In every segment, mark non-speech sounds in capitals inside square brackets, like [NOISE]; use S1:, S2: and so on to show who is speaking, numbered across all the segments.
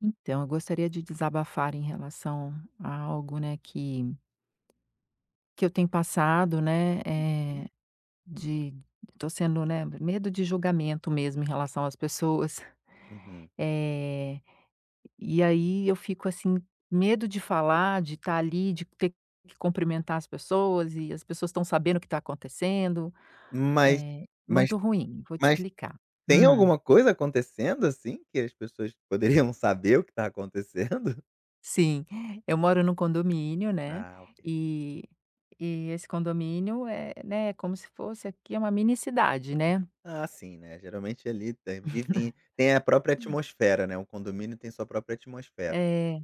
S1: Então, eu gostaria de desabafar em relação a algo, né, que eu tenho passado, né,
S2: Uhum,
S1: eh, de tô sendo, né, medo de julgamento mesmo em relação às pessoas. [LAUGHS]
S2: uhum.
S1: Eh, e aí eu fico, assim, medo de falar, de estar ali, de ter que cumprimentar as pessoas e as pessoas estão sabendo o que está acontecendo.
S2: Mas
S1: É
S2: mas
S1: muito ruim, vou te
S2: mas
S1: explicar.
S2: tem
S1: Hum.
S2: alguma coisa acontecendo, assim, que as pessoas poderiam [LAUGHS] saber o que tá acontecendo?
S1: Sim, eu moro num condomínio, né,
S2: Ah, ok.
S1: e e esse condomínio é, né, é como se fosse aqui é uma mini cidade, né.
S2: Ah, sim, né, geralmente ali tem vivem tem a própria atmosfera, né, o condomínio tem sua própria atmosfera.
S1: Eh,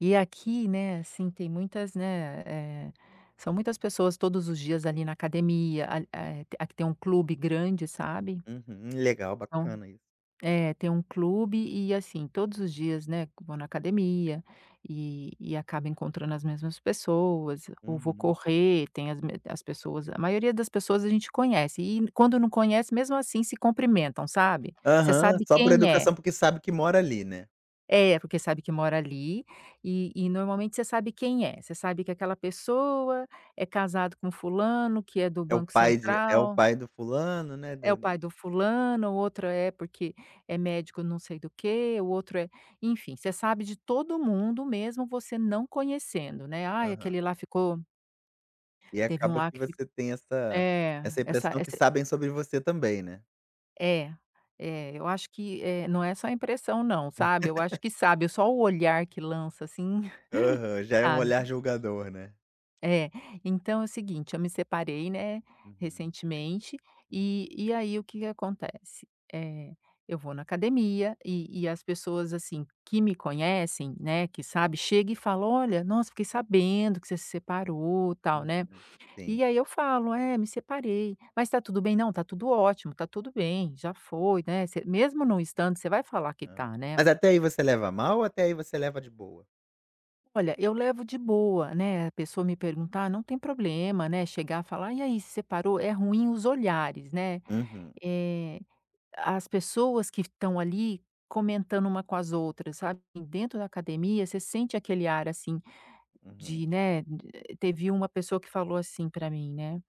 S1: e aqui, né, assim, tem muitas, né, eh, são muitas pessoas todos os dias ali na academia, aqui tem um clube grande, sabe.
S2: Uhum, legal,
S1: Então,
S2: bacana isso.
S1: é, tem um clube e assim, todos os dias, né, vou na academia e acabo encontrando as mesmas pessoas, ou vou
S2: Uhum.
S1: correr, tem as me as pessoas a maioria das pessoas a gente conhece e quando não conhece, mesmo assim se cumprimentam, sabe. Você
S2: Aham,
S1: sabe
S2: só por
S1: quem é.
S2: educação, porque sabe que mora ali, né.
S1: É, porque sabe que mora ali e normalmente você sabe quem é, você sabe que aquela pessoa é casado com fulano, que é do
S2: É o
S1: Banco
S2: pai de é o
S1: Central,
S2: pai do fulano, né, da
S1: é o pai do fulano, o outro é porque é médico não sei do que, o outro é, enfim, você sabe de todo mundo mesmo você não conhecendo, né. "Ai,
S2: aham.
S1: aquele lá ficou,
S2: E
S1: teve um
S2: acaba
S1: lá
S2: que
S1: que ficou.
S2: você tem essa
S1: É,
S2: essa
S1: essa
S2: impressão que
S1: essa
S2: sabem sobre você também, né.
S1: é..." É, eu acho que, não é só a impressão não, sabe. Eu acho que, sabe, só o olhar que lança assim, [LAUGHS]
S2: Aham, já é um
S1: sabe.
S2: olhar julgador, né.
S1: É, então é o seguinte, eu me separei, né,
S2: Uhum,
S1: recentemente,
S2: uhum,
S1: e aí o que que acontece? É, eu vou na academia e as pessoas, assim, que me conhecem, né, que sabe, chega e fala: "Olha, nossa, fiquei sabendo que você se separou, tal", né.
S2: uhum. Sim,
S1: E aí eu falo: "É, me separei". "Mas tá tudo bem?". "Não, tá tudo ótimo, tá tudo bem, já foi", né, você mesmo não estando, você vai falar que
S2: aham.
S1: tá, né.
S2: Mas até aí você leva a mal ou até aí você leva de boa?
S1: Olha, eu levo de boa, né, a pessoa me perguntar, não tem problema, né, chegar e falar: "E aí, se separou?". É ruim os olhares, né,
S2: Uhum,
S1: eh, as pessoas que estão ali comentando uma com as outras, sabe. Dentro da academia, você sente aquele ar, assim,
S2: uhum.
S1: de, né, teve uma pessoa que falou assim para mim, né.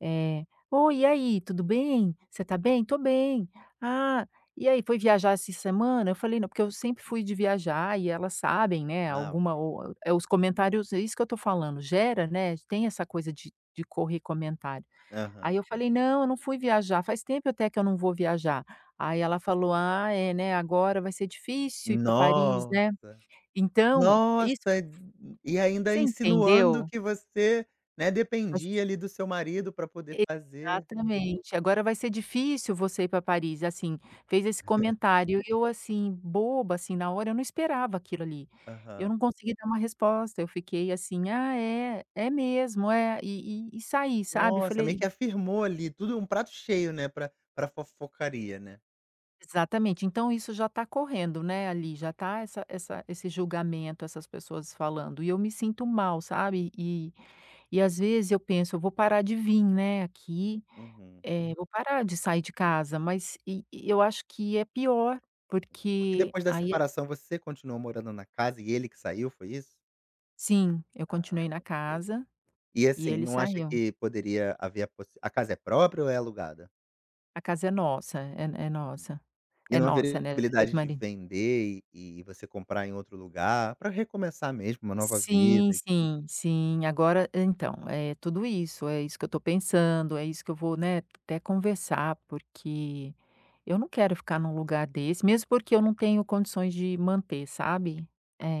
S1: É. "Oi, e aí, tudo bem? Você tá bem? Tô bem. Ah, e aí, foi viajar essa semana?" Eu falei: "Não", porque eu sempre fui de viajar e elas sabem, né,
S2: Ah,
S1: alguma ou é os comentários, é isso que eu tô falando, gera, né, tem essa coisa de correr comentário. Aí
S2: aham,
S1: eu
S2: sim.
S1: falei: "Não, eu não fui viajar, faz tempo até que eu não vou viajar". Aí ela falou: "Ah, é, né, agora vai ser difícil ir pra Paris,
S2: Nossa,
S1: né?" Então,
S2: nossa,
S1: isso,
S2: e ainda
S1: você
S2: insinuando
S1: entendeu?
S2: que você, né, dependia ali do seu marido pra poder fazer.
S1: Exatamente. Agora vai ser difícil você ir para Paris, assim, fez esse comentário, eu assim, boba, assim, na hora eu não esperava aquilo ali. Eu
S2: Aham.
S1: não consegui dar uma resposta, eu fiquei assim: "Ah, é, é mesmo, é", e saí, sabe.
S2: Nossa, meio
S1: Falei
S2: que afirmou ali, tudo um prato cheio, né, pra fofocaria, né.
S1: exatamente, então isso já está correndo, né, ali, já está essa, esse julgamento, essas pessoas falando, e eu me sinto mal, sabe. E às vezes eu penso: "Eu vou parar de vir, né, aqui".
S2: Uhum.
S1: É, vou parar de sair de casa, mas eu acho que é pior,
S2: Porque
S1: porque
S2: depois da
S1: aí é,
S2: separação você continuou morando na casa e ele que saiu, foi isso?
S1: sim, eu
S2: Ah,
S1: continuei na
S2: ok.
S1: casa
S2: E
S1: e
S2: assim,
S1: ele
S2: não acha
S1: saiu.
S2: que poderia haver a possi a casa é própria ou é alugada?
S1: A casa é nossa, é nossa.
S2: Hum. E
S1: É
S2: não
S1: nossa,
S2: haveria
S1: né, do
S2: possibilidade de
S1: ex-marido.
S2: vender e você comprar em outro lugar, pra recomeçar mesmo uma nova
S1: Sim,
S2: vida?
S1: sim, sim. Agora, então, é tudo isso, é isso que eu tô pensando, é isso que eu vou, né, até conversar, porque eu não quero ficar num lugar desse, mesmo porque eu não tenho condições de manter, sabe?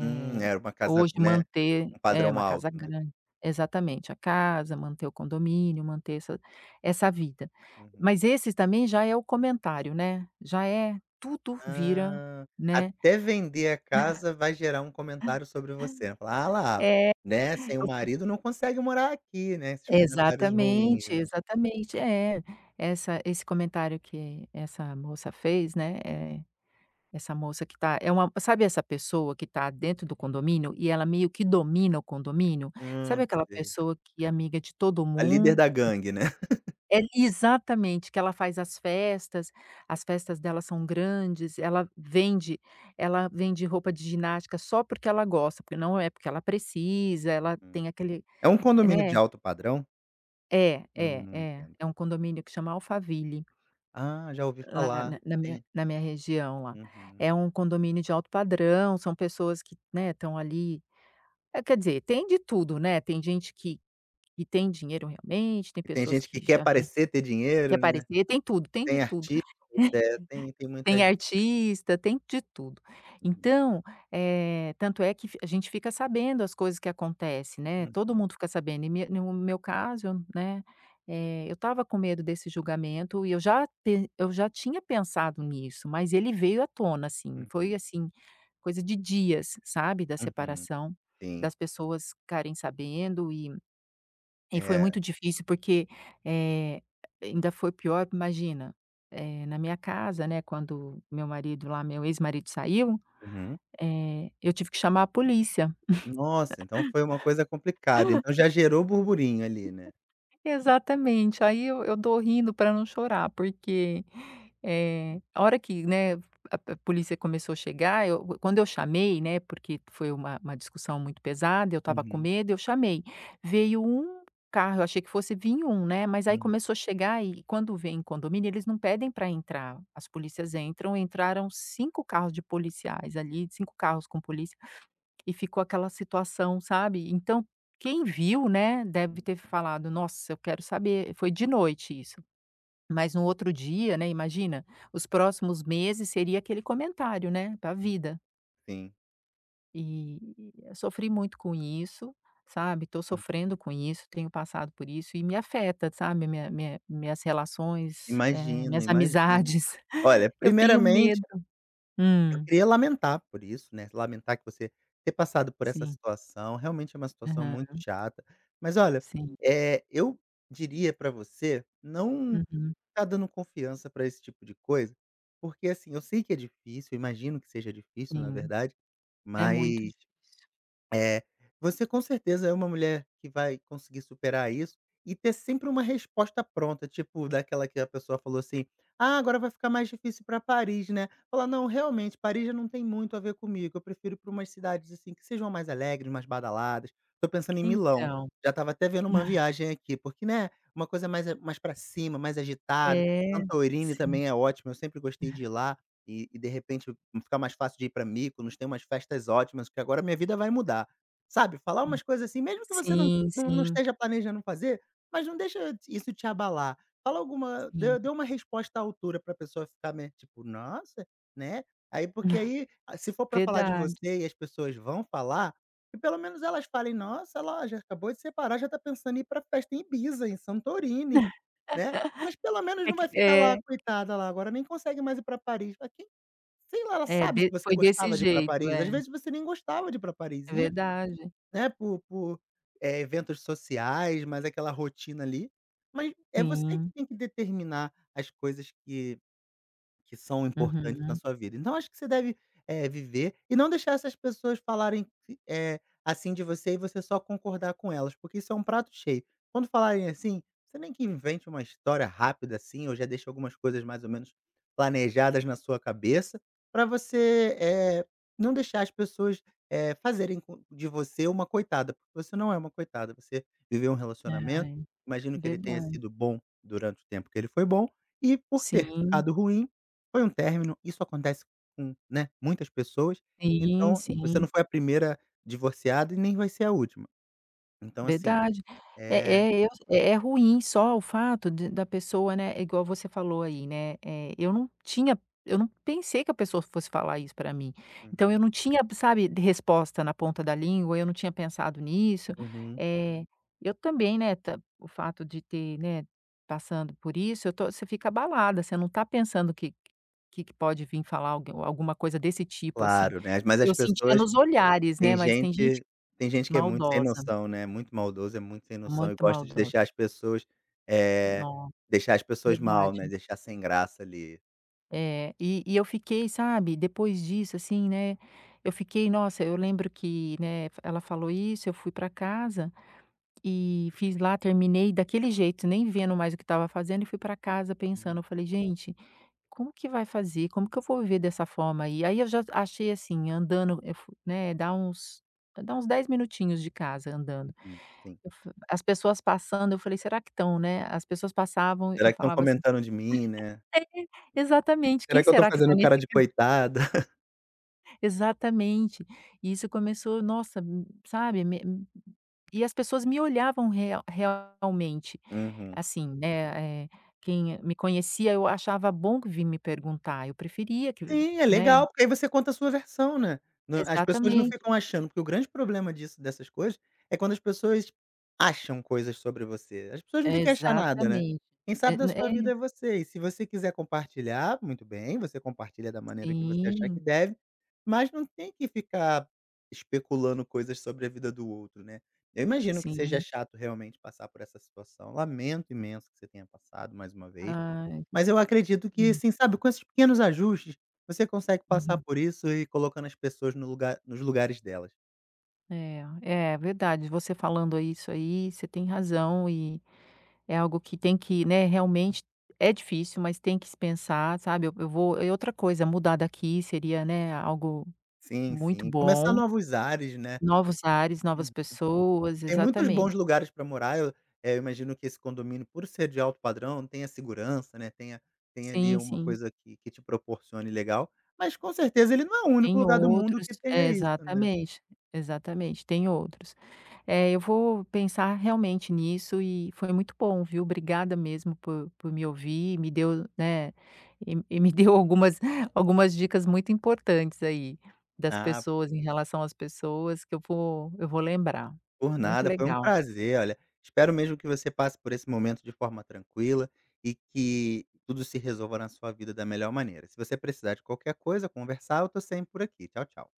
S2: Era uma casa,
S1: Hoje
S2: né,
S1: manter
S2: um
S1: é
S2: padrão
S1: uma
S2: alto,
S1: casa
S2: né.
S1: grande. Exatamente, a casa, manter o condomínio, manter essa vida.
S2: Uhum.
S1: Mas esse também já é o comentário, né, já é tudo, vira,
S2: Ah,
S1: né?
S2: até vender a casa vai gerar um comentário sobre você, falar: "Ah lá,
S1: É.
S2: né, sem o marido não consegue morar aqui", né, esses comentários ruins,
S1: Exatamente,
S2: né.
S1: exatamente. É, essa esse comentário que essa moça fez, né, essa moça que tá, é uma, sabe, essa pessoa que tá dentro do condomínio e ela meio que domina o condomínio? Sabe
S2: Hum,
S1: aquela
S2: sei.
S1: pessoa que é amiga de todo
S2: A líder
S1: mundo?
S2: da gangue, né. [LAUGHS]
S1: É, exatamente, que ela faz as festas dela são grandes, ela vende roupa de ginástica só porque ela gosta, porque não é porque ela precisa, ela
S2: Uhum.
S1: tem aquele,
S2: É um condomínio de
S1: né.
S2: alto padrão?
S1: É, é, é.
S2: Entendo.
S1: É um condomínio que chama Alphaville,
S2: Ah, já ouvi
S1: lá
S2: falar.
S1: na minha
S2: Tem
S1: na minha região lá.
S2: uhum.
S1: É um condomínio de alto padrão, são pessoas que, né, estão ali, quer dizer, tem de tudo, né, tem gente que tem dinheiro realmente, tem
S2: E tem
S1: pessoas
S2: gente
S1: que
S2: que quer
S1: já vi
S2: parecer ter
S1: quer
S2: dinheiro, né,
S1: aparecer, tem tudo, tem de
S2: tem
S1: tudo.
S2: artistas,
S1: [LAUGHS]
S2: tem muita
S1: Tem
S2: gente.
S1: artista, tem de tudo.
S2: Uhum,
S1: Então, tanto é que fi a gente fica sabendo as coisas que acontecem, né, todo
S2: uhum,
S1: mundo fica sabendo. E me no meu caso, né, eu estava com medo desse julgamento e eu já tinha pensado nisso, mas ele veio à tona, assim, foi,
S2: uhum,
S1: assim, coisa de dias, sabe, da
S2: uhum.
S1: separação,
S2: Sim,
S1: das pessoas ficarem sabendo, e foi muito
S2: é.
S1: difícil porque, eh, ainda foi pior, imagina, na minha casa, né, quando meu marido lá, meu ex-marido saiu,
S2: Uhum.
S1: eu tive que chamar a polícia.
S2: Nossa, então foi uma coisa complicada, então já gerou burburinho ali, né?
S1: Exatamente, aí eu dou rindo para não chorar, porque, a hora que, né, a polícia começou a chegar, eu quando eu chamei, né, porque foi uma discussão muito pesada, eu estava com
S2: Uhum,
S1: medo, eu chamei. Veio um carro, eu achei que fosse vir um, né, mas aí
S2: uhum,
S1: começou a chegar e quando vem em condomínio eles não pedem para entrar, as polícias entram, entraram 5 carros de policiais ali, 5 carros com polícia. E ficou aquela situação, sabe. Então, quem viu, né, deve ter falado: "Nossa, eu quero saber". Foi de noite isso, mas no outro dia, né, imagina, os próximos meses seria aquele comentário, né, pra vida.
S2: sim,
S1: E eu sofri muito com isso, sabe, estou
S2: hum,
S1: sofrendo com isso, tenho passado por isso e me afeta, sabe, minhas relações,
S2: imagino,
S1: minhas
S2: imagino.
S1: amizades. [LAUGHS]
S2: Olha,
S1: Eu tenho
S2: primeiramente,
S1: medo.
S2: eu
S1: Hum,
S2: queria lamentar por isso, né, lamentar que você ter passado por essa
S1: sim.
S2: situação, realmente é uma situação
S1: Aham.
S2: muito chata, mas olha,
S1: Sim.
S2: eu diria pra você não
S1: Uhum.
S2: ficar dando confiança pra esse tipo de coisa, porque assim, eu sei que é difícil, imagino que seja difícil na
S1: Sim.
S2: verdade,
S1: É muito
S2: mas
S1: difícil.
S2: é, você com certeza é uma mulher que vai conseguir superar isso e ter sempre uma resposta pronta, tipo daquela que a pessoa falou assim: "Ah, agora vai ficar mais difícil para Paris, né?". Falar: "Não, realmente, Paris já não tem muito a ver comigo, eu prefiro ir pra umas cidades, assim, que sejam mais alegres, mais badaladas". Tô pensando em Milão,
S1: Então,
S2: já estava até vendo uma viagem aqui, porque, né, uma coisa mais mais para cima, mais agitada.
S1: é,
S2: Santorini
S1: sim,
S2: também é ótimo, eu sempre gostei de ir lá e de repente ficar mais fácil de ir para Mykonos, tem umas festas ótimas, porque agora minha vida vai mudar. Sabe, falar umas coisas assim, mesmo que você não
S1: sim,
S2: não não Uhum.
S1: sim,
S2: esteja planejando fazer, mas não deixa isso te abalar. Fala alguma
S1: sim.
S2: dê uma resposta à altura pra pessoa ficar meio tipo: "Nossa", né. Aí porque aí, ah, se for pra falar de
S1: Verdade.
S2: você e as pessoas vão falar, que pelo menos elas falem: "Nossa, ela já acabou de separar, já tá pensando em ir pra festa em Ibiza, em Santorini", né. Mas pelo menos
S1: É
S2: não
S1: que
S2: vai ficar lá:
S1: é,
S2: "Coitada lá, agora nem consegue mais ir pra Paris". Mas quem sei lá, ela
S1: é,
S2: sabe se
S1: de
S2: você
S1: foi desse
S2: gostava de ir pra
S1: jeito,
S2: Paris, às
S1: é,
S2: vezes você nem gostava de ir pra Paris,
S1: é
S2: ia
S1: verdade.
S2: né, por, eventos sociais, mas aquela rotina ali. Mas é você que
S1: Sim,
S2: tem que determinar as coisas que são importantes na
S1: uhum.
S2: sua vida. Então acho que você deve, viver e não deixar essas pessoas falarem assim de você e você só concordar com elas, porque isso é um prato cheio. Quando falarem assim, você nem que invente uma história rápida assim, ou já deixa algumas coisas mais ou menos planejadas na sua cabeça, para você, não deixar as pessoas, fazerem com de você uma coitada, porque você não é uma coitada, você viveu um
S1: É,
S2: relacionamento,
S1: ai,
S2: imagino que ele tenha
S1: verdade.
S2: sido bom durante o tempo que ele foi bom, e por ter
S1: Sim,
S2: ficado ruim, foi um término, isso acontece com, né, muitas pessoas,
S1: sim,
S2: então você
S1: sim.
S2: não foi a primeira divorciada e nem vai ser a última. Então assim,
S1: Verdade. É
S2: é
S1: eu, é ruim só o fato de da pessoa, né, é igual você falou aí, né, eu não tinha, eu não pensei que a pessoa fosse falar isso pra mim, então eu
S2: uhum,
S1: não tinha, sabe, de resposta na ponta da língua, eu não tinha pensado nisso,
S2: uhum,
S1: é, eu também, né, ta o fato de ter, né, passando por isso, eu tô, você fica abalada, você não tá pensando que que pode vir falar alguém alguma coisa desse tipo, assim.
S2: claro, né, mas as
S1: Eu sentia
S2: pessoas
S1: nos olhares, né,
S2: tem
S1: mas tem gente
S2: gente tem gente que é muito sem
S1: maldosa,
S2: noção, né, muito maldoso, é muito sem noção e
S1: muito
S2: gosta de
S1: maldosa.
S2: deixar as pessoas, eh,
S1: No
S2: deixar as pessoas mal, né,
S1: Verdade.
S2: deixar sem graça ali.
S1: É, e eu fiquei, sabe, depois disso, assim, né, eu fiquei nossa, eu lembro que, né, ela falou isso, eu fui para casa e fiz lá, terminei daquele jeito, nem vendo mais o que estava fazendo e fui para casa pensando,
S2: Uhum,
S1: eu falei: "Gente, como que vai fazer? Como que eu vou viver dessa forma aí?" Aí eu já achei assim, andando, eu fu né, dá uns 10 minutinhos de casa andando.
S2: uhum, sim.
S1: Eu fa As pessoas passando, eu falei: "Será que estão, né?" As pessoas passavam, eu
S2: "Será que estão
S1: falava assim,
S2: comentando de mim, né?
S1: é, exatamente. Quem
S2: Será que eu estou
S1: será que está
S2: fazendo
S1: nesse
S2: cara de
S1: ca
S2: coitada?"
S1: [LAUGHS] exatamente. E isso começou, nossa, sabe, me e as pessoas me olhavam realmente,
S2: [LAUGHS] Uhum.
S1: assim, né, quem me conhecia eu achava bom que vir me perguntar, eu preferia que,
S2: Sim, é
S1: né,
S2: legal, porque aí você conta a sua versão, né. Nã as pessoas não
S1: exatamente,
S2: ficam achando, porque o grande problema disso dessas coisas, é quando as pessoas acham coisas sobre você. As pessoas não têm que achar nada, né.
S1: exatamente.
S2: Quem
S1: É,
S2: sabe da sua
S1: é,
S2: vida é você, e se você quiser compartilhar, muito bem, você compartilha da maneira que você achar que
S1: sim,
S2: deve, mas não tem que ficar especulando coisas sobre a vida do outro, né. Eu imagino que seja
S1: sim.
S2: chato realmente passar por essa situação, lamento imenso que você tenha passado mais uma vez.
S1: Ai,
S2: Mas eu acredito que
S1: sim.
S2: assim, sabe, com esses pequenos ajustes, você consegue passar
S1: Uhum.
S2: por isso e ir colocando as pessoas no lugar nos lugares delas.
S1: É, é verdade, você falando isso aí, você tem razão. E é algo que tem que, né, realmente é difícil, mas tem que se pensar, sabe. Eu vou, e outra coisa, mudar daqui seria, né, algo
S2: Sim,
S1: muito
S2: sim. Começar
S1: bom.
S2: novos ares, né.
S1: Novos ares, novas
S2: Uhum.
S1: pessoas,
S2: Tem muitos bons
S1: exatamente.
S2: lugares para morar, eu, imagino que esse condomínio, por ser de alto padrão, tenha segurança, né, tenha ali
S1: Sim,
S2: uma
S1: sim.
S2: coisa que te proporcione legal, mas com certeza ele não é o único
S1: Tem
S2: lugar do mundo
S1: outros,
S2: que tenha
S1: é,
S2: isso, né.
S1: exatamente, exatamente, tem outros. Eu vou pensar realmente nisso e foi muito bom, viu. Obrigada mesmo por me ouvir, me deu, né, e [LAUGHS] e me deu algumas [LAUGHS] algumas dicas muito importantes aí, das
S2: Ah,
S1: pessoas, em relação às pessoas que eu vou lembrar.
S2: por
S1: Muito
S2: nada, foi um
S1: legal.
S2: prazer, olha. Espero mesmo que você passe por esse momento de forma tranquila e que tudo se resolva na sua vida da melhor maneira. Se você precisar de qualquer coisa, conversar, eu tô sempre por aqui. Tchau, tchau.